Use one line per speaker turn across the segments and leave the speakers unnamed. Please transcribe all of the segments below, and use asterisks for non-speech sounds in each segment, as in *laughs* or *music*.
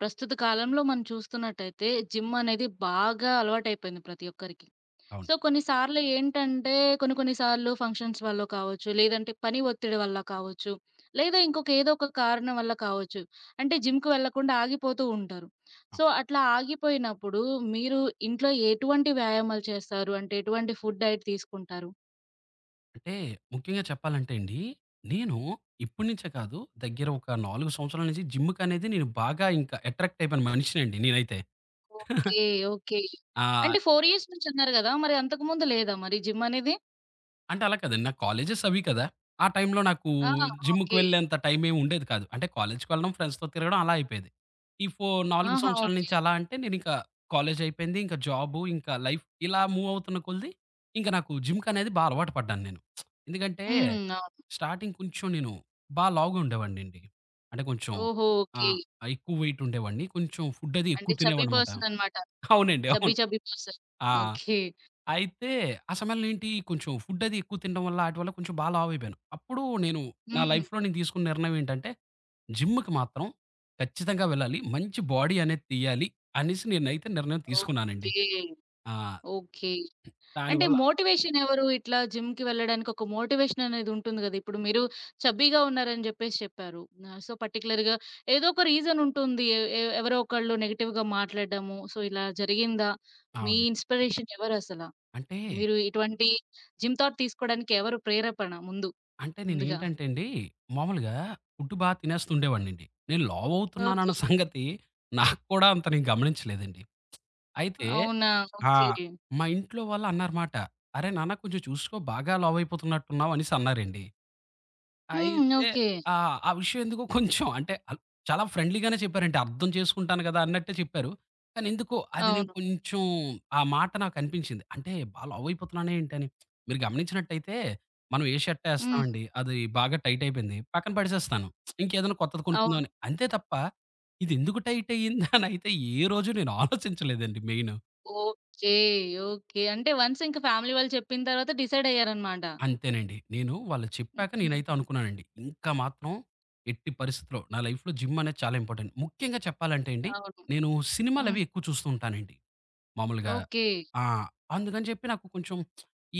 ప్రస్తుత కాలంలో మనం చూస్తున్నట్టయితే జిమ్ అనేది బాగా అలవాటైపోయింది ప్రతి ఒక్కరికి.
అవును.
సో, కొన్నిసార్లు ఏంటంటే కొన్ని కొన్ని సార్లు ఫంక్షన్స్ వల్లో కావచ్చు, లేదంటే పని ఒత్తిడి వల్ల కావచ్చు, లేదా ఇంకొక ఏదో ఒక కారణం వల్ల కావచ్చు. అంటే జిమ్‌కి వెళ్ళకుండా ఆగిపోతూ ఉంటారు.
ఆ!
సో, అట్లా ఆగిపోయినప్పుడు మీరు ఇంట్లో ఎటువంటి వ్యాయామాలు చేస్తారు? అంటే ఎటువంటి ఫుడ్ డైట్ తీసుకుంటారు?
అంటే ముఖ్యంగా చెప్పాలంటే అండి, నేను ఇప్పటి నుంచే కాదు దగ్గర ఒక 4 సంవత్సరాల నుంచి జిమ్‌కనేది నేను బాగా ఇంకా అట్రాక్ట్ అయిపోయిన మనిషినండి నేనైతే. *laughs*
ఓకే. ఓకే.
ఆ!
అంటే 4 ఇయర్స్ నుంచి అన్నారు గదా! మరి అంతకుముందు లేదా మరి జిమ్ అనేది?
అంటే అలా కాదండి. నా కాలేజెస్ అవి కదా! ఆ టైంలో నాకు
ఆ!
జిమ్‌కి
ఓకే.
వెళ్ళేంత టైం ఏమి ఉండేది కాదు. అంటే కాలేజ్‌కి వెళ్ళడం, ఫ్రెండ్స్‌తో తిరగడం అలా అయిపోయేది. ఈ ఫో 4
ఆహా!
సంవత్సరాల
ఓకే.
నుంచి అలా అంటే నేనింకా కాలేజ్ అయిపోయింది. ఇంకా జాబు, ఇంకా లైఫ్ ఇలా మూవ్ అవుతున్న కొలిది ఇంకా నాకు జిమ్‌కనేది బా అలవాటు పడ్డాను నేను. ఎందుకంటే
హ్మ్. అవును.
స్టార్టింగ్ కొంచెం నేను బా లావుగా ఉండేవాడినండి. అంటే కొంచెం
ఓహో! ఓకే.
ఆహ్, ఎక్కువ వెయిట్ ఉండేవాడిని. కొంచెం ఫుడ్ అది
అంటే
ఎక్కువ
చబ్బీ
తినేవాడినమాట.
పర్సన్ అన్నమాట.
అవునండి.
చబ్బీ
అవును.
Chubby person.
ఆ!
ఓకే.
అయితే ఆ సమయంలో ఏంటి కొంచెం ఫుడ్ అది ఎక్కువ తినడం వల్ల, ఆటి వల్ల కొంచెం బా లావైపోయాను. అప్పుడు నేను నా
హ్మ్.
లైఫ్‌లో నేను తీసుకున్న నిర్ణయం ఏంటంటే, జిమ్‌కి మాత్రం ఖచ్చితంగా వెళ్ళాలి. మంచి బాడీ అనేది తీయాలి అనేసి నేనైతే నిర్ణయం తీసుకున్నానండి.
ఓకే.
ఆ!
ఓకే. అంటే
దానివల్ల
మోటివేషన్ ఎవరు? ఇట్లా జిమ్‌కి వెళ్ళడానికి ఒక మోటివేషన్ అనేది ఉంటుంది గదా! ఇప్పుడు మీరు చబ్బీగా ఉన్నారని జెప్పేసి చెప్పారు. సో, పర్టిక్యులర్‌గా ఏదో ఒక రీజన్ ఉంటుంది. ఎ ఎ ఎవరో ఒకళ్ళు నెగెటివ్‌గా మాట్లాడడము. సో, ఇలా జరిగిందా? మీ
అవును.
ఇన్‌స్పిరేషన్ ఎవరసల?
అంటే,
మీరు ఇటువంటి జిమ్ థాట్ తీసుకోవడానికి ఎవరు ప్రేరేపణ ముందు?
అంటే
ముందుగా.
నేనేంటంటే అండి, మామూలుగా ఫుడ్ బా తినేస్తూ ఉండేవాడినండి. నేను
ఓకే.
లావవుతున్నానన్న సంగతి నాకు కూడా అంత నేను గమనించలేదండి. అయితే
అవునా!
ఆ!
ఓకే.
మా ఇంట్లో వాళ్ళు అన్నారమాట. "అరే నాన్న కొంచెం చూసుకో బాగా లావయిపోతున్నట్టున్నావు" అనేసి అన్నారండి.
హ్మ్.
అయితే
ఓకే.
ఆ! ఆ విషయం ఎందుకో కొంచెం అంటే ఆళ్ళు చాలా ఫ్రెండ్లీగానే చెప్పారంటే అర్థం చేసుకుంటాను గదా! అన్నట్టే చెప్పారు. కానీ ఎందుకో అది నేను
అవును.
కొంచెం ఆ మాట నాకనిపించింది. అంటే బా లావయిపోతున్నానే ఏంటని. మీరు గమనించినట్టయితే మనం ఏ షర్ట్
హ్మ్.
ఏస్తామండి అది బాగా టైట్ అయిపోయింది. పక్కన పడేసేస్తాను. ఇంకేదైనా కొత్తది
అవును.
కొనుక్కుందామని. అంతే తప్ప ఇదెందుకు టైట్ అయ్యిందా అనయితే ఏ రోజు నేను ఆలోచించలేదండి మెయిన్.
ఓకే. ఓకే. అంటే వన్స్ ఇంక ఫ్యామిలీ వాళ్ళు చెప్పిన తర్వాత డిసైడ్ అయ్యారనమాట.
అంతేనండి. నేను వాళ్ళు చెప్పాక నేనైతే
హ్మ్.
అనుకున్నానండి. ఇంకా మాత్రం ఎట్టి పరిస్థితిలో నా లైఫ్‌లో జిమ్ అనేది చాలా ఇంపార్టెంట్. ముఖ్యంగా చెప్పాలంటే అండి,
అవును.
నేను
హ్మ్.
సినిమాలవి ఎక్కువ చూస్తూ ఉంటానండి. మామూలుగా
ఓకే.
ఆ! అందుకని చెప్పి నాకు కొంచెం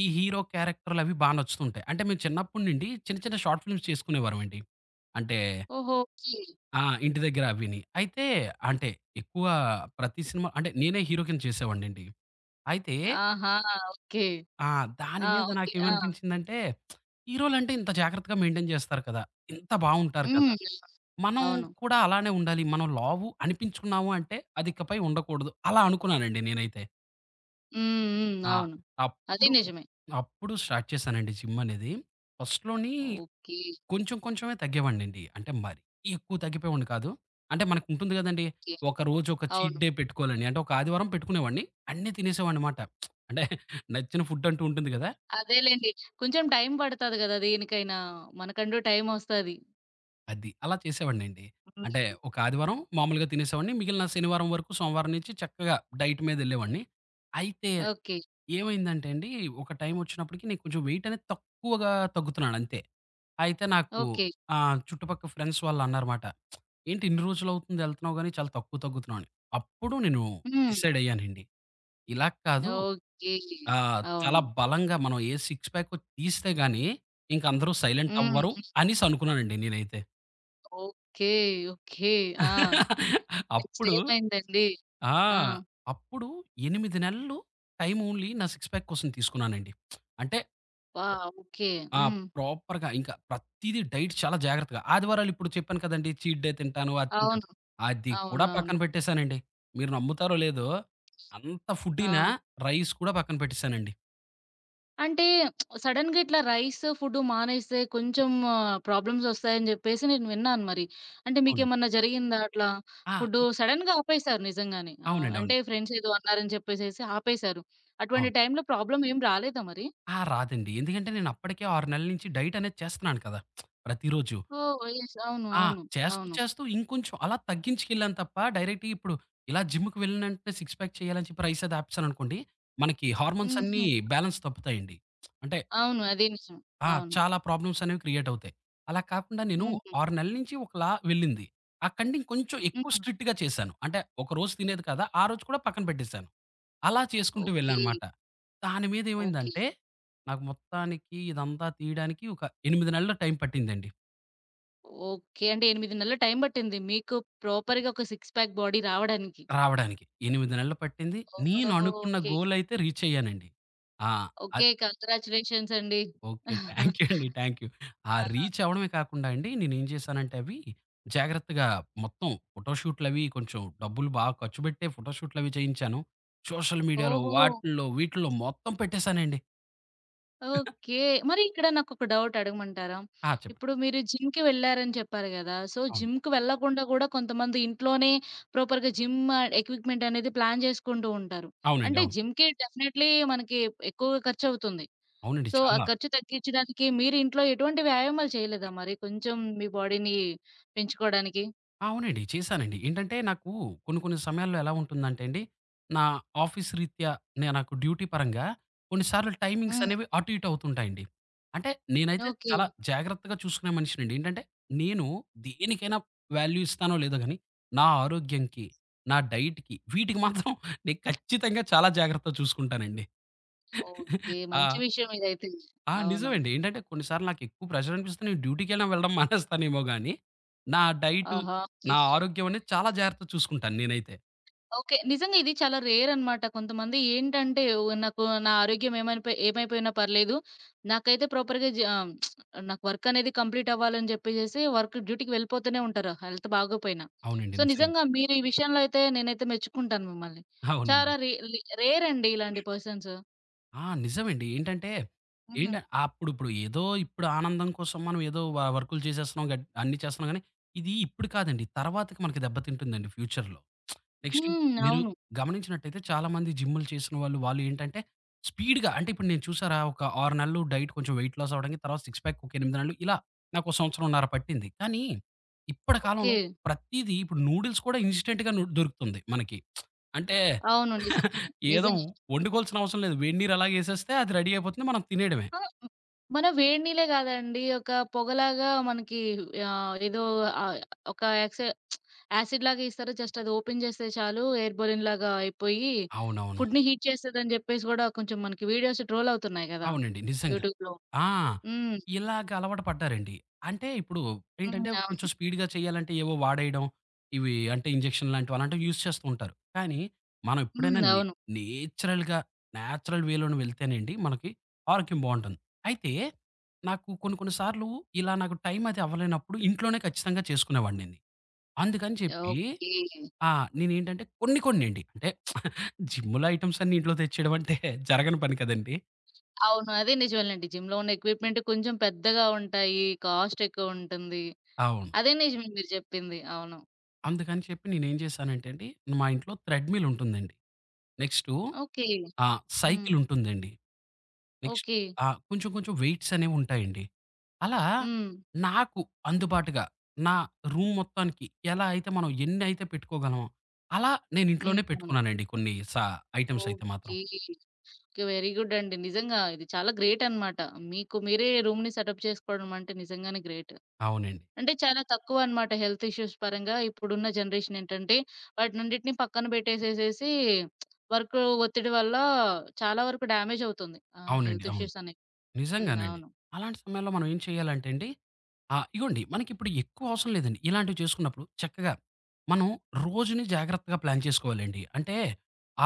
ఈ హీరో క్యారెక్టర్‌లవి బా నచ్చుతుంటాయి. అంటే మేము చిన్నప్పటి నుండి చిన్న చిన్న షార్ట్ ఫిల్మ్స్ చేసుకునేవారమండి. అంటే
ఓహో! ఓకే.
ఆ! ఇంటి దగ్గర అవిని. అయితే అంటే ఎక్కువ ప్రతి సినిమా అంటే నేనే హీరో కింద చేసేవాడినండి. అయితే
ఆహా! ఓకే.
ఆ!
ఆ!
దాని మీద
ఓకే. ఆ!
నాకేమనిపించిందంటే, హీరోలంటే ఇంత జాగ్రత్తగా మెయింటైన్ చేస్తారు కదా! ఇంత బావుంటారు కదా!
హ్మ్.
మనం
అవును.
కూడా అలానే ఉండాలి. మనం లావు అనిపించుకున్నాము అంటే, అది ఇకపై ఉండకూడదు. అలా అనుకున్నానండి నేనైతే.
హ్మ్. హ్మ్.
ఆ!
అవును. అది
అప్పుడు,
నిజమే.
అప్పుడు స్టార్ట్ చేశానండి జిమ్ అనేది. ఫస్ట్‌లోని
ఓకే.
కొంచెం కొంచెమే తగ్గేవాడినండి. అంటే మరీ ఎక్కువ తగ్గిపోయేవాడిని కాదు. అంటే మనకుంటుంది గదండీ!
ఓకే.
ఒక రోజు ఒక చీట్
అవును.
డే పెట్టుకోవాలని. అంటే ఒక ఆదివారం పెట్టుకునేవాడిని. అన్నీ తినేసేవాడినమాట. అంటే నచ్చిన ఫుడ్ అంటూ ఉంటుంది గదా!
అదేలెండి. కొంచెం టైం పడతది గదా! దేనికైనా. మనకంటూ టైం ఒస్తది.
అది. అలా చేసేవాడినండి. అంటే
హ్మ్.
ఒక ఆదివారం మామూలుగా తినేసేవాడిని. మిగిలిన శనివారం వరకు, సోమవారం నుంచి చక్కగా డైట్ మీదెళ్ళేవాడిని. అయితే
ఓకే.
ఏమైందంటే అండి, ఒక టైమొచ్చినప్పటికి నేను కొంచెం వెయిట్ అనేది తక్కువగా తగ్గుతున్నానంతే. అయితే నాకు
ఓకే.
చుట్టుపక్కల ఫ్రెండ్స్ వాళ్ళన్నారమాట. "ఏంటి ఇన్ని రోజులవుతుంది ఎళ్తున్నావు గానీ చాలా తక్కువ తగ్గుతున్నావు" అని. అప్పుడు నేను
హ్మ్.
డిసైడ్ అయ్యానండి. ఇలా కాదు
ఓకే. అవును.
చాలా బలంగా మనం ఏ సిక్స్ ప్యాకో తీస్తే గానీ ఇంకందరూ సైలెంట్ అవ్వరు
హ్మ్.
అనేసి అనుకున్నానండి నేనైతే.
ఓకే. ఓకే. ఆ! నెక్స్ట్
అప్పుడు
ఏమైందండి?
ఆ!
ఆ!
అప్పుడు 8 నెలలు టైమ్ ఓన్లీ నా సిక్స్ ప్యాక్ కోసం తీసుకున్నానండి. అంటే
వా! ఓకే.
ఆ!
హ్మ్.
ప్రాపర్‌గా ఇంకా ప్రతీదీ డైట్ చాలా జాగ్రత్తగా. ఆదివారాలు ఇప్పుడు చెప్పాను కదండీ! చీట్ డే తింటాను, అది తింటాను.
అవును.
అది కూడా
అవునవును.
పక్కన పెట్టేసానండి. మీరు నమ్ముతారో లేదో అంత ఫుడ్డినా
ఆ!
రైస్ కూడా పక్కన పెట్టేసానండి.
అంటే సడెన్‌గా ఇట్లా రైస్, ఫుడ్ మానేస్తే కొంచెం ప్రాబ్లమ్స్ వస్తాయని జెప్పేసి నేను విన్నాను మరి. అంటే
అవునండి.
మీకేమన్నా జరిగిందా అట్లా?
ఆ!
ఫుడ్డు
ఇ
సడెన్‌గా ఆపేశారు నిజంగానే.
అవునండి. అవును.
అంటే ఫ్రెండ్స్ ఏదో అన్నారని చెప్పేసేసి ఆపేశారు. అటువంటి
అవును.
టైంలో ప్రాబ్లమ్ ఏం రాలేదా మరి?
రాదండి. ఎందుకంటే నేను అప్పటికే 6 నెలల నుంచి డైట్ అనేది చేస్తున్నాను కదా! ప్రతిరోజు.
ఓహ్! యెస్. అవును.
ఆ!
అవును.
చేస్తూ,
అవును.
చేస్తూ ఇంకొంచెం అలా తగ్గించుకెళ్ళాను తప్ప, డైరెక్ట్‌గా ఇప్పుడు ఇలా జిమ్‌కి వెళ్ళిన వెంటనే సిక్స్ ప్యాక్ చేయాలని చెప్పి రైస్ అది ఆపేసాననుకోండి, మనకి హార్మోన్స్ అన్నీ
హుహు.
బ్యాలెన్స్ తప్పుతాయండి. అంటే
అవును. అదే నిజం.
ఆ!
అవును.
చాలా ప్రాబ్లమ్స్ అనేవి క్రియేట్ అవుతాయి. అలా కాకుండా నేను
హుహు.
6 నెలల నుంచి ఒకలా వెళ్ళింది. అక్కడి కొంచెం ఎక్కువ
హ్మ్.
స్ట్రిక్ట్‌గా చేశాను. అంటే ఒకరోజు తినేది కదా! ఆ రోజు కూడా పక్కన పెట్టేసాను. అలా చేసుకుంటూ
ఓకే.
వెళ్ళానమాట. దాని మీద
ఓకే.
ఏమైందంటే, నాకు మొత్తానికి ఇదంతా తీయడానికి ఒక 8 నెలలు టైం పట్టిందండి.
ఓకే. అంటే 8 నెలలు టైం పట్టింది మీకు ప్రాపర్‌గా ఒక సిక్స్ ప్యాక్ బాడీ రావడానికి.
రావడానికి. 8 నెలలు పట్టింది. నేను
ఓహో!
అనుకున్న
ఓకే.
గోల్ అయితే రీచ్ అయ్యానండి. ఆ!
ఓకే.
అద్
కంగ్రాచ్యులేషన్స్ అండి.
ఓకే. థాంక్ యూ అండి. Thank you. ఆ
ఆ!
రీచ్ అవ్వడమే కాకుండా అండి నేనేం చేశానంటే అవి జాగ్రత్తగా మొత్తం ఫోటోషూట్‌లవి కొంచెం డబ్బులు బాగా ఖర్చు పెట్టే ఫోటోషూట్‌లవి చేయించాను. సోషల్ మీడియాలో
ఓహో!
వాటిల్లో వీటిల్లో మొత్తం పెట్టేసానండి.
ఓకే. మరి ఇక్కడ నాకొక డౌట్ అడగమంటారా?
చెప్పండి.
ఇప్పుడు మీరు జిమ్‌కి వెళ్లారని చెప్పారు గదా! సో,
అవును.
జిమ్‌కి వెళ్ళకుండా గూడా కొంతమంది ఇంట్లోనే ప్రాపర్‌గా జిమ్ ఎక్విప్‌మెంట్ అనేది ప్లాన్ చేసుకుంటూ ఉంటారు.
అవునండి.
అంటే
అవును.
జిమ్‌కి డెఫినైట్‌లీ మనకి ఎక్కువగా ఖర్చవుతుంది.
అవునండి.
సో, ఆ
చాలా
ఖర్చు తగ్గించడానికి మీరు ఇంట్లో ఎటువంటి వ్యాయామాలు చేయలేదా మరి? కొంచెం మీ బాడీని పెంచుకోవడానికి?
అవునండి. చేశానండి. ఏంటంటే నాకు కొన్ని కొన్ని సమయాల్లో ఎలా ఉంటుందంటే అండి, నా ఆఫీస్ రీత్యా నాకు డ్యూటీ పరంగా కొన్ని సార్లు టైమింగ్స్
హ్మ్.
అనేవి అటు ఇటు అవుతుంటాయండి. అంటే నేనైతే
ఓకే.
చాలా జాగ్రత్తగా చూసుకునే మనిషినండి. ఏంటంటే నేను దేనికైనా వాల్యూ ఇస్తానో లేదో గానీ, నా ఆరోగ్యంకి, నా డైట్‌కి వీటికి మాత్రం నేను ఖచ్చితంగా చాలా జాగ్రత్తగా చూసుకుంటానండి.
ఓకే. మంచి
ఆ!
విషయం ఇదైతే.
ఆ!
అవును.
నిజమండి. ఏంటంటే కొన్ని సార్లు నాకెక్కువ ప్రెషర్ అనిపిస్తే నేను డ్యూటీకైనా వెళ్ళడం *laughs* మానేస్తానేమో గానీ, నా డైటు,
ఆహా! ఓకే.
నా ఆరోగ్యం అనేది చాలా జాగ్రత్తగా చూసుకుంటాను నేనైతే.
ఓకే. నిజంగా ఇది చాలా రేర్ అన్నమాట. కొంతమంది ఏంటంటే, ఓహ్! నాకు నా ఆరోగ్యం ఏమైనపో ఏమైపోయినా పర్లేదు. నాకైతే ప్రాపర్‌గా నాకు వర్క్ అనేది కంప్లీట్ అవ్వాలని జెప్పేసేసి వర్క్ డ్యూటీకి వెళ్ళిపోతూనే ఉంటారు. హెల్త్ బాగోపోయినా.
అవునండి.
సో,
నిజంగా.
నిజంగా మీరు ఈ విషయంలో అయితే నేనైతే మెచ్చుకుంటాను మిమ్మల్ని. చాలా
అవునండి.
రే లే రేర్ అండి ఇలాంటి పర్సన్స్.
నిజమండి. ఏంటంటే
హుహు.
ఏంట అప్పుడిప్పుడు ఏదో ఇప్పుడు ఆనందం కోసం మనం ఏదో వర్కులు చేసేస్తున్నాం గట్ అన్నీ చేస్తున్నాం గానీ, ఇది ఇప్పుడు కాదండి. తర్వాతకి మనకి దెబ్బతింటుందండి ఫ్యూచర్‌లో. నెక్స్ట్
హ్మ్.
మీరు
అవును.
గమనించినట్టయితే చాలామంది జిమ్‌లు చేసిన వాళ్ళు ఏంటంటే స్పీడ్‌గా అంటే ఇప్పుడు నేను చూసారా ఒక 6 నెలలు డైట్ కొంచెం వెయిట్ లాస్ అవ్వడానికి, తర్వాత సిక్స్ ప్యాక్ ఒక 8 నెలలు ఇలా నాకు ఓ సంవత్సరంన్నర పట్టింది. కానీ ఇప్పటి కాలంలో
ఓకే.
ప్రతీదీ ఇప్పుడు నూడిల్స్ కూడా ఇన్‌స్టంట్‌గా దొరుకుతుంది మనకి. అంటే
అవును. నిజంగానే.
ఏదో
నిజంగా.
వండుకోవాల్సిన అవసరం లేదు. వేడి నీరు అలాగే ఎసేస్తే అది రెడీ అయిపోతుంది. మనం తినేయడమే.
ఆ! మనం వేడి నీళ్ళే గాదండి. ఒక పొగలాగా మనకి ఏదో ఆహ్, ఒక యాక్సె యాసిడ్ లాగా ఇస్తారు. జస్ట్ అది ఓపెన్ చేస్తే చాలు ఎయిర్ బెలూన్‌లాగా అయిపోయి
అవునవునవును.
ఫుడ్‌ని హీట్ చేస్తదని జెప్పేసి గూడా కొంచెం మనకి వీడియోస్ ట్రోల్ అవుతున్నాయి గదా!
అవునండి. నిజంగా.
యూట్యూబ్‌లో.
ఆ!
హ్మ్.
ఇలాగ అలవాటు పడ్డారండి. అంటే ఇప్పుడు
హ్మ్.
ఏంటంటే కొంచెం
అవును.
స్పీడ్‌గా చేయాలంటే ఏవో వాడేయడం. ఇవి అంటే ఇంజెక్షన్ లాంటివి అలాంటివి యూజ్ చేస్తూ ఉంటారు. కానీ మనం
హ్మ్.
ఎప్పుడైనా
అవును.
నేచురల్‌గా నేచురల్ వేలోనే వెళ్తేనండి మనకి ఆరోగ్యం బావుంటుంది. అయితే నాకు కొన్ని కొన్ని సార్లు ఇలా నాకు టైం అది అవ్వలేనప్పుడు ఇంట్లోనే ఖచ్చితంగా చేసుకునేవాడినండి. అందుకని చెప్పి
ఓకే.
ఆ! నేనేంటంటే కొన్ని కొన్నండి. అంటే జిమ్‌లో ఐటెమ్స్ అన్నీ ఇంట్లో తెచ్చేయడం అంటే జరగని పని కదండీ!
అవును. అదే నిజమేలెండి. జిమ్‌లో ఉన్న ఎక్విప్‌మెంట్ కొంచెం పెద్దగా ఉంటాయి. కాస్ట్ ఎక్కువుంటుంది.
అవును.
అదే నిజమే మీరు జెప్పింది. అవును.
అందుకని చెప్పి నేనేం చేశానంటే అండి, మా ఇంట్లో థ్రెడ్‌మిల్ ఉంటుందండి. Next
okay. హ్మ్.
సైకిల్ ఉంటుందండి. Next
okay.
కొంచెం కొంచెం వెయిట్స్ అనేవి ఉంటాయండి. అలా
హ్మ్.
నాకు అందుబాటుగా నా రూమ్ మొత్తానికి ఎలా అయితే మనం ఎన్నైతే పెట్టుకోగలమో, అలా నేను
హ్మ్.
ఇంట్లోనే
అవును.
పెట్టుకున్నానండి కొన్ని ఐటెమ్స్ అయితే మాత్రం.
ఓకే. ఓకే. వెరీ గుడ్ అండి. నిజంగా ఇది చాలా గ్రేట్ అన్నమాట. మీకు మీరే రూమ్‌ని సెటప్ చేసుకోవడం అంటే నిజంగానే గ్రేట్.
అవునండి.
అంటే చాలా తక్కువనమాట హెల్త్ ఇష్యూస్ పరంగా. ఇప్పుడున్న జనరేషన్ ఏంటంటే వాటినన్నిటిని పక్కన పెట్టేసేసేసి వర్క్ ఒత్తిడి వల్ల చాలా వరకు డ్యామేజ్ అవుతుంది. ఆ!
అవునండి.
హెల్త్
అవును.
ఇష్యూస్ అనేవి. హ్మ్.
నిజంగానండి.
అవును.
అలాంటి సమయంలో మనం ఏం చేయాలంటే అండి ఇగోండి మనకిప్పుడు ఎక్కువ అవసరం లేదండి. ఇలాంటివి చేసుకున్నప్పుడు చక్కగా మనం రోజుని జాగ్రత్తగా ప్లాన్ చేసుకోవాలండి. అంటే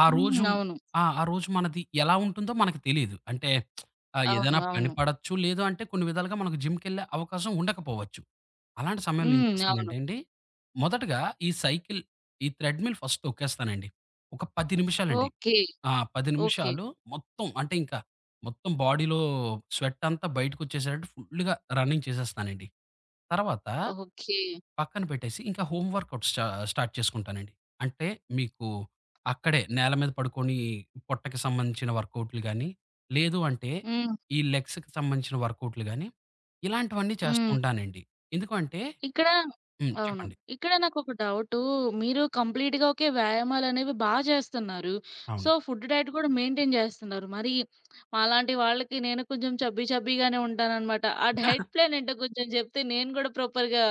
ఆ
హ్మ్.
రోజు
అవును.
ఆ! ఆ రోజు మనది ఎలా ఉంటుందో మనకు తెలీదు. అంటే
అవును.
ఏదైనా పని
అవును.
పడొచ్చు. లేదు అంటే కొన్ని విధాలుగా మనకు జిమ్‌కెళ్ళే అవకాశం ఉండకపోవచ్చు. అలాంటి సమయంలో ఏం
హ్మ్. అవును.
చేస్తానంటే అండి, మొదటగా ఈ సైకిల్, ఈ థ్రెడ్‌మిల్ ఫస్ట్ తొక్కేస్తానండి. ఒక 10 నిమిషాలండి.
ఓకే.
ఆ! 10
ఓకే.
నిమిషాలు మొత్తం అంటే ఇంకా మొత్తం బాడీలో స్వెట్ అంతా బయటకొచ్చేసేటట్టు ఫుల్‌గా రన్నింగ్ చేసేస్తానండి. తర్వాత
ఓకే.
పక్కన పెట్టేసి ఇంకా హోమ్ వర్కౌట్ స్టార్ట్ చేసుకుంటానండి. అంటే మీకు అక్కడే నేల మీద పడుకొని పొట్టకి సంబంధించిన వర్కౌట్‌లు గాని, లేదు అంటే
హ్మ్.
ఈ లెగ్స్‌కి సంబంధించిన వర్కౌట్‌లు గాని ఇలాంటివన్నీ చేస్తూ
హ్మ్.
ఉంటానండి. ఎందుకు అంటే
ఇక్కడ
హ్మ్.
అవును.
చెప్పండి.
ఇక్కడ నాకొక డౌటు. మీరు కంప్లీట్‌గా ఓకే. వ్యాయామాలనేవి బా చేస్తున్నారు. సో,
అవును.
ఫుడ్ డైట్ కూడా మెయింటైన్ చేస్తున్నారు. మరి మాలాంటి వాళ్ళకి నేను కొంచెం చబ్బీ చబ్బీగానే ఉంటాననమాట. ఆ డైట్ ప్లాన్ ఏంటో కొంచెం చెప్తే నేను కూడా ప్రాపర్‌గా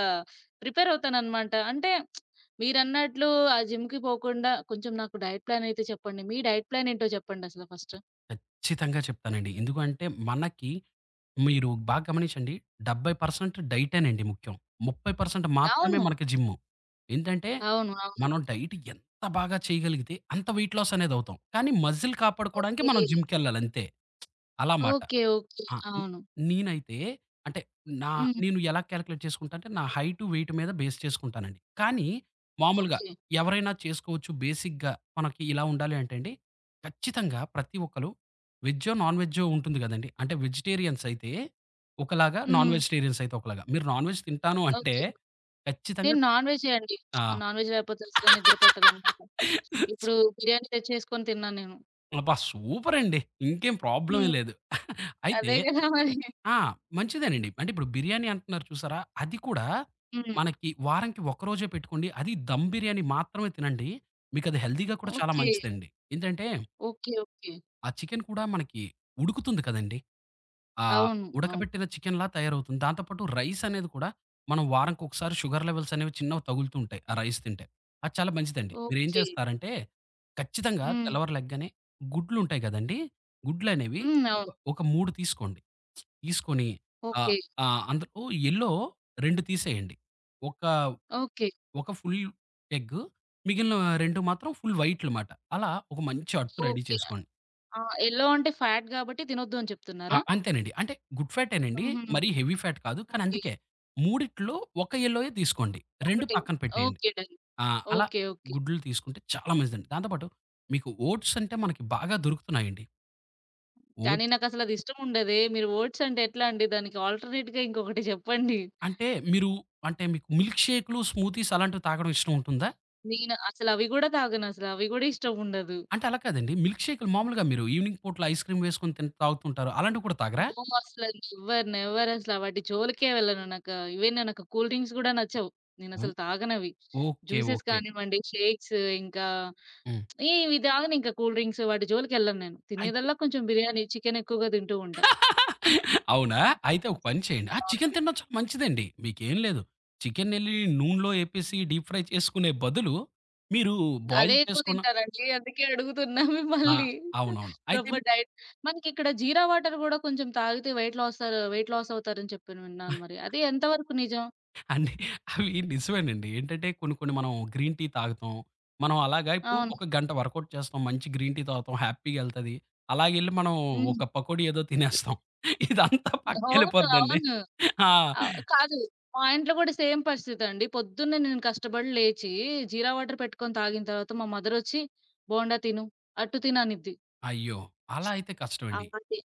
ప్రిపేర్ అవుతాననమాట. అంటే మీరన్నట్లు ఆ జిమ్‌కి పోకుండా కొంచెం నాకు డైట్ ప్లాన్ అయితే చెప్పండి. మీ డైట్ ప్లాన్ ఏంటో చెప్పండి అసల ఫస్ట్?
ఖచ్చితంగా చెప్తానండి. ఎందుకంటే మనకి మీరు బాగా గమనించండి 70% డైటేనండి ముఖ్యం. 30% మాత్రమే
అవును.
మనకి జిమ్ము. ఏంటంటే
అవును. అవును.
మనం డైట్ ఎంత బాగా చేయగలిగితే అంత వెయిట్ లాస్ అనేది అవుతాం. కానీ మజిల్ కాపాడుకోవడానికి
ఓకే.
మనం జిమ్‌కెళ్ళాలి అంతే. అలా మాట.
ఓకే. ఓకే.
ఆ! న్
అవును.
నేనైతే అంటే నా
హ్మ్.
నేను ఎలా కాలిక్యులేట్ చేసుకుంటా అంటే నా హైట్, వెయిట్ మీద బేస్ చేసుకుంటానండి. కానీ మామూలుగా
ఓకే.
ఎవరైనా చేసుకోవచ్చు బేసిక్‌గా మనకి ఇలా ఉండాలి అంటే అండి, ఖచ్చితంగా ప్రతి ఒక్కళ్ళు వెజ్జో, నాన్ వెజ్జో ఉంటుంది గదండీ! అంటే వెజిటేరియన్స్ అయితే ఒకలాగా, నాన్
హ్మ్.
వెజిటేరియన్స్ అయితే ఒకలాగా. మీరు నాన్ వెజ్ తింటాను అంటే
ఓకే.
ఖచ్చితంగా
నేను నాన్ వెజ్జే అండి.
ఆ!
నాన్ వెజ్ లేకపోతే అసలు నిద్ర పట్టదనమాట.
*laughs* సు
ఇప్పుడు బిర్యానీ తెచ్చేసుకొని తిన్నాను నేను.
అబ్బా! సూపర్ అండి. ఇంకేం ప్రాబ్లమే
హ్మ్.
లేదు. అయితే
అదే గదా మరి.
ఆ! మంచిదేనండి. అంటే ఇప్పుడు బిర్యానీ అంటున్నారు చూసారా? అది కూడా
హ్మ్.
మనకి వారానికి ఒక్కరోజే పెట్టుకోండి. అది దమ్ బిర్యానీ మాత్రమే తినండి. మీకది హెల్తీగా కూడా చాలా
ఓకే.
మంచిదండి. ఏంటంటే
ఓకే. ఓకే.
ఆ చికెన్ కూడా మనకి ఉడుకుతుంది కదండీ! ఆహ్,
అవును. అవును.
ఉడకబెట్టిన చికెన్‌లా తయారవుతుంది. దాంతో పాటు రైస్ అనేది కూడా మనం వారానికొకసారి షుగర్ లెవెల్స్ అనేవి చిన్నవి తగులుతూ ఉంటాయి. ఆ రైస్ తింటే. అది చాలా మంచిదండి. మీరేం
ఓకే.
చేస్తారంటే ఖచ్చితంగా
హ్మ్.
తెల్లవారు లెగ్గానే గుడ్లుంటాయి కదండీ! గుడ్లనేవి
హ్మ్.
ఒక
అవును.
ఒక 3 తీసుకోండి. తీసుకొని ఆహ్,
ఓకే.
ఆహ్, అందులో యెల్లో 2 తీసేయండి. ఒక,
ఓకే.
ఒక ఫుల్ ఎగ్ మిగిలిన 2 మాత్రం ఫుల్ వైట్‌లమాట. అలా ఒక మంచి అట్టు రెడీ
ఓకే.
చేసుకోండి.
ఆ! యెల్లో అంటే ఫ్యాట్ గాబట్టి తినొద్దు అని చెప్తున్నారా?
అంతేనండి. అంటే గుడ్ ఫ్యాటేనండి.
హుహు.
మరీ హెవీ ఫ్యాట్ కాదు. కానీ
ఓకే.
అందుకే మూడిట్లో ఒక యెల్లోయే తీసుకోండి. 2
ఒకటే.
పక్కన పెట్టేయండి.
ఓకే. డన్.
ఆ! అలా
ఓకే. ఓకే.
గుడ్లు తీసుకుంటే చాలా మంచిదండి. దాంతో పాటు మీకు ఓట్స్ అంటే మనకి బాగా దొరుకుతున్నాయండి.
కానీ
ఓట్స్
నాకసలది ఇష్టముండదే. మీరు ఓట్స్ అంటే ఎట్లా అండి? దానికి ఆల్టర్‌నేట్‌గా ఇంకొకటి జెప్పండి.
అంటే మీరు అంటే మీకు మిల్క్ షేక్‌లు, స్మూతీస్ అలాంటివి తాగడం ఇష్టం ఉంటుందా?
నేను అసలవి గూడా తాగనసల. అవి గూడా ఇష్టముండదు.
అంటే అలా కాదండి. మిల్క్ షేకులు మామూలుగా మీరు ఈవినింగ్ పూటలో ఐస్ క్రీమ్ వేసుకొని తాగుతుంటారు. అలాంటివి కూడా తాగరా?
నో అసలు నెవర్, నెవర్ అసల వాటి జోలికే వెళ్ళను. నాకు ఈవెన్ నాకు కూల్ డ్రింక్స్ గూడా నచ్చవు.
ఓ
నేనసలు తాగనవి.
ఓకే.
Juices
okay.
కానివ్వండి, షేక్స్ ఇంకా
హ్మ్.
ఏ ఇవి తాగనింకా కూల్ డ్రింక్స్ వాటి జోలికెళ్ళను నేను.
అయితే
తినేదల్లా కొంచెం బిర్యానీ, చికెన్ ఎక్కువగా తింటూ ఉంటా.
*laughs* అవునా? అయితే ఒక పని చేయండి. ఆ!
అవును.
చికెన్ తినడం చాలా మంచిదండి. మీకేం లేదు. చికెనెళ్లి నూనెలో ఏపేసి డీప్ ఫ్రై చేసుకునే బదులు, మీరు
అదే
బాయిల్
ఎక్కువ
చేసుకున్న
తింటానండి. అందుకే అడుగుతున్నా
ఆ!
మిమ్మల్ని.
అవునవును.
ప్రాపర్ డైట్ మనకిక్కడ జీరా వాటర్ గూడా కొంచెం తాగితే వెయిట్ లాస్ అవుతారని చెప్పి విన్నాను మరి. అది ఎంతవరకు నిజం?
అన్ని అవి నిజమేనండి. ఏంటంటే కొన్ని కొన్ని మనం గ్రీన్ టీ తాగుతాం. మనం అలాగా ఇప్పుడు
అవును.
ఒక గంట వర్కౌట్ చేస్తాం. మంచి గ్రీన్ టీ తాగుతాం. హ్యాపీగెళ్తది. అలాగెళ్లి మనం
హ్మ్.
ఒక పకోడీ ఏదో తినేస్తాం. ఇదంతా
అవును.
పక్కకెళ్ళిపోద్దండి.
అవును.
ఆ!
ఆ! కాదు. మా ఇంట్లో కూడా సేమ్ పరిస్థితండి. పొద్దున్నే నేను కష్టపడి లేచి జీరా వాటర్ పెట్టుకొని తాగిన తర్వాత మా మదరొచ్చి బోండా తిను, అట్టు తిను అనిద్ది.
అయ్యో! అలా అయితే
ఆ!
కష్టమండి.
అదే.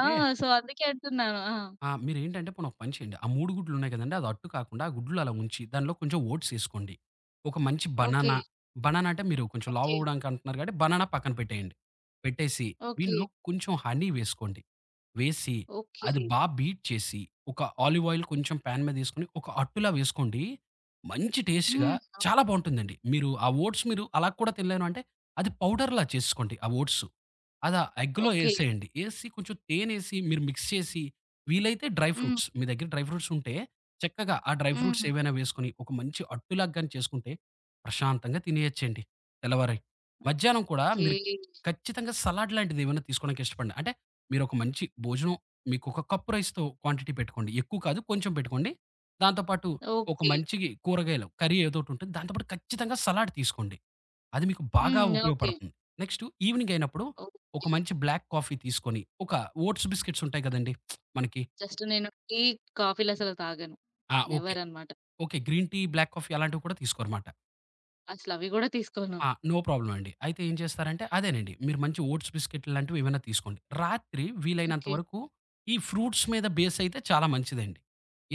ఆ! సో, అందుకే అంటున్నాను. ఆ!
ఆ! మీరేంటంటే పోనీ ఒక పని చేయండి. ఆ 3 గుడ్లున్నాయి కదండీ! అది అట్టు కాకుండా ఆ గుడ్లు అలా ఉంచి దానిలో కొంచెం ఓట్స్ ఏసుకోండి. ఒక మంచి
ఓకే.
బనానా, బనానా అంటే మీరు కొంచెం
ఓకే.
లావవ్వడానికి అంటున్నారు కాబట్టి బనానా పక్కన పెట్టేయండి. పెట్టేసి
ఓకే.
దీనిలో కొంచెం హనీ వేసుకోండి. వేసి,
ఓకే.
అది బా బీట్ చేసి, ఒక ఆలివ్ ఆయిల్ కొంచెం పాన్ మీదేసుకొని, ఒక అట్టులా వేసుకోండి. మంచి టేస్ట్‌గా
హ్మ్. అవును.
చాలా బావుంటుందండి. మీరు ఆ ఓట్స్ అలా కూడా తినలేను అంటే, అది పౌడర్‌లా చేసేసుకోండి ఆ ఓట్సు. అది ఆ ఎగ్‌లో
ఓకే.
ఏసేయండి. ఏసి కొంచెం తేనేసి మీరు మిక్స్ చేసి, వీలైతే
హ్మ్.
డ్రై ఫ్రూట్స్ ఉంటే, చక్కగా ఆ డ్రై ఫ్రూట్స్
హ్మ్.
ఏవైనా వేసుకొని, ఒక మంచి అట్టులాగా గాని చేసుకుంటే, ప్రశాంతంగా తినేయొచ్చండి తెల్లవారి. మధ్యాహ్నం కూడా
ఓకే.
మీరు ఖచ్చితంగా సలాడ్ లాంటిదేమైనా తీసుకోవడానికి ఇష్టపడండి. అంటే మీరొక మంచి భోజనం మీకొక కప్పు రైస్‌తో క్వాంటిటీ పెట్టుకోండి. ఎక్కువ కాదు కొంచెం పెట్టుకోండి. దాంతో పాటు ఒక
ఓకే.
మంచి కూరగాయలు, కర్రీ ఏదోకటుంటుంది. దాంతో పాటు ఖచ్చితంగా సలాడ్ తీసుకోండి. అది మీకు బాగా
హ్మ్. ఓకే.
ఉపయోగపడుతుంది. నెక్స్ట్ ఈవెనింగ్ అయినప్పుడు ఒక
ఓకే.
మంచి బ్లాక్ కాఫీ తీసుకొని, ఒక ఓట్స్ బిస్కెట్స్ ఉంటాయి కదండీ! మనకి.
జస్ట్ నేను టీ, కాఫీలసలు తాగను.
ఓకే.
నెవర్ అనమాట.
Okay. Green tea, black coffee అలాంటివి కూడా తీసుకోరమాట.
అసలవి గూడా తీసుకోను.
నో ప్రాబ్లమ్ అండి. అయితే ఏం చేస్తారంటే అదేనండి. మీరు మంచి ఓట్స్ బిస్కెట్ లాంటివి ఏమైనా తీసుకోండి. రాత్రి వీలైనంత
ఓకే.
వరకు ఈ ఫ్రూట్స్ మీద బేస్ అయితే చాలా మంచిదండి.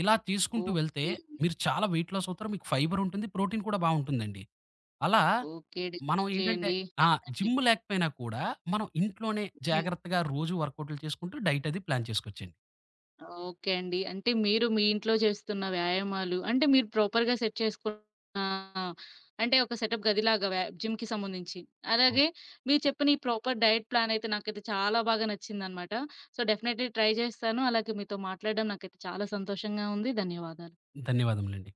ఇలా తీసుకుంటూ వెళ్తే
ఓకే.
మీరు చాలా వెయిట్ లాస్ అవుతారు. మీకు ఫైబర్ ఉంటుంది. ప్రోటీన్ కూడా బావుంటుందండి. అలా
ఓకే.
మనం ఏంటంటే
లేండి.
ఆ! జిమ్ లేకపోయినా కూడా మనం ఇంట్లోనే
హ్మ్.
జాగ్రత్తగా రోజు వర్కౌట్‌లు చేసుకుంటూ డైట్ అది ప్లాన్ చేసుకోవచ్చండి.
ఓకే అండి. అంటే మీరు మీ ఇంట్లో చేస్తున్న వ్యాయామాలు అంటే మీరు ప్రాపర్‌గా సెట్ చేసుకున్న అంటే ఒక సెటప్ గదిలాగా జిమ్‌కి సంబంధించి.
అవును.
అలాగే మీరు చెప్పిన ఈ ప్రాపర్ డైట్ ప్లాన్ అయితే నాకైతే చాలా బాగా నచ్చిందనమాట. సో, డెఫినెట్‌లీ ట్రై చేస్తాను. అలాగే మీతో మాట్లాడడం నాకైతే చాలా సంతోషంగా ఉంది. ధన్యవాదాలు.
ధన్యవాదములండి.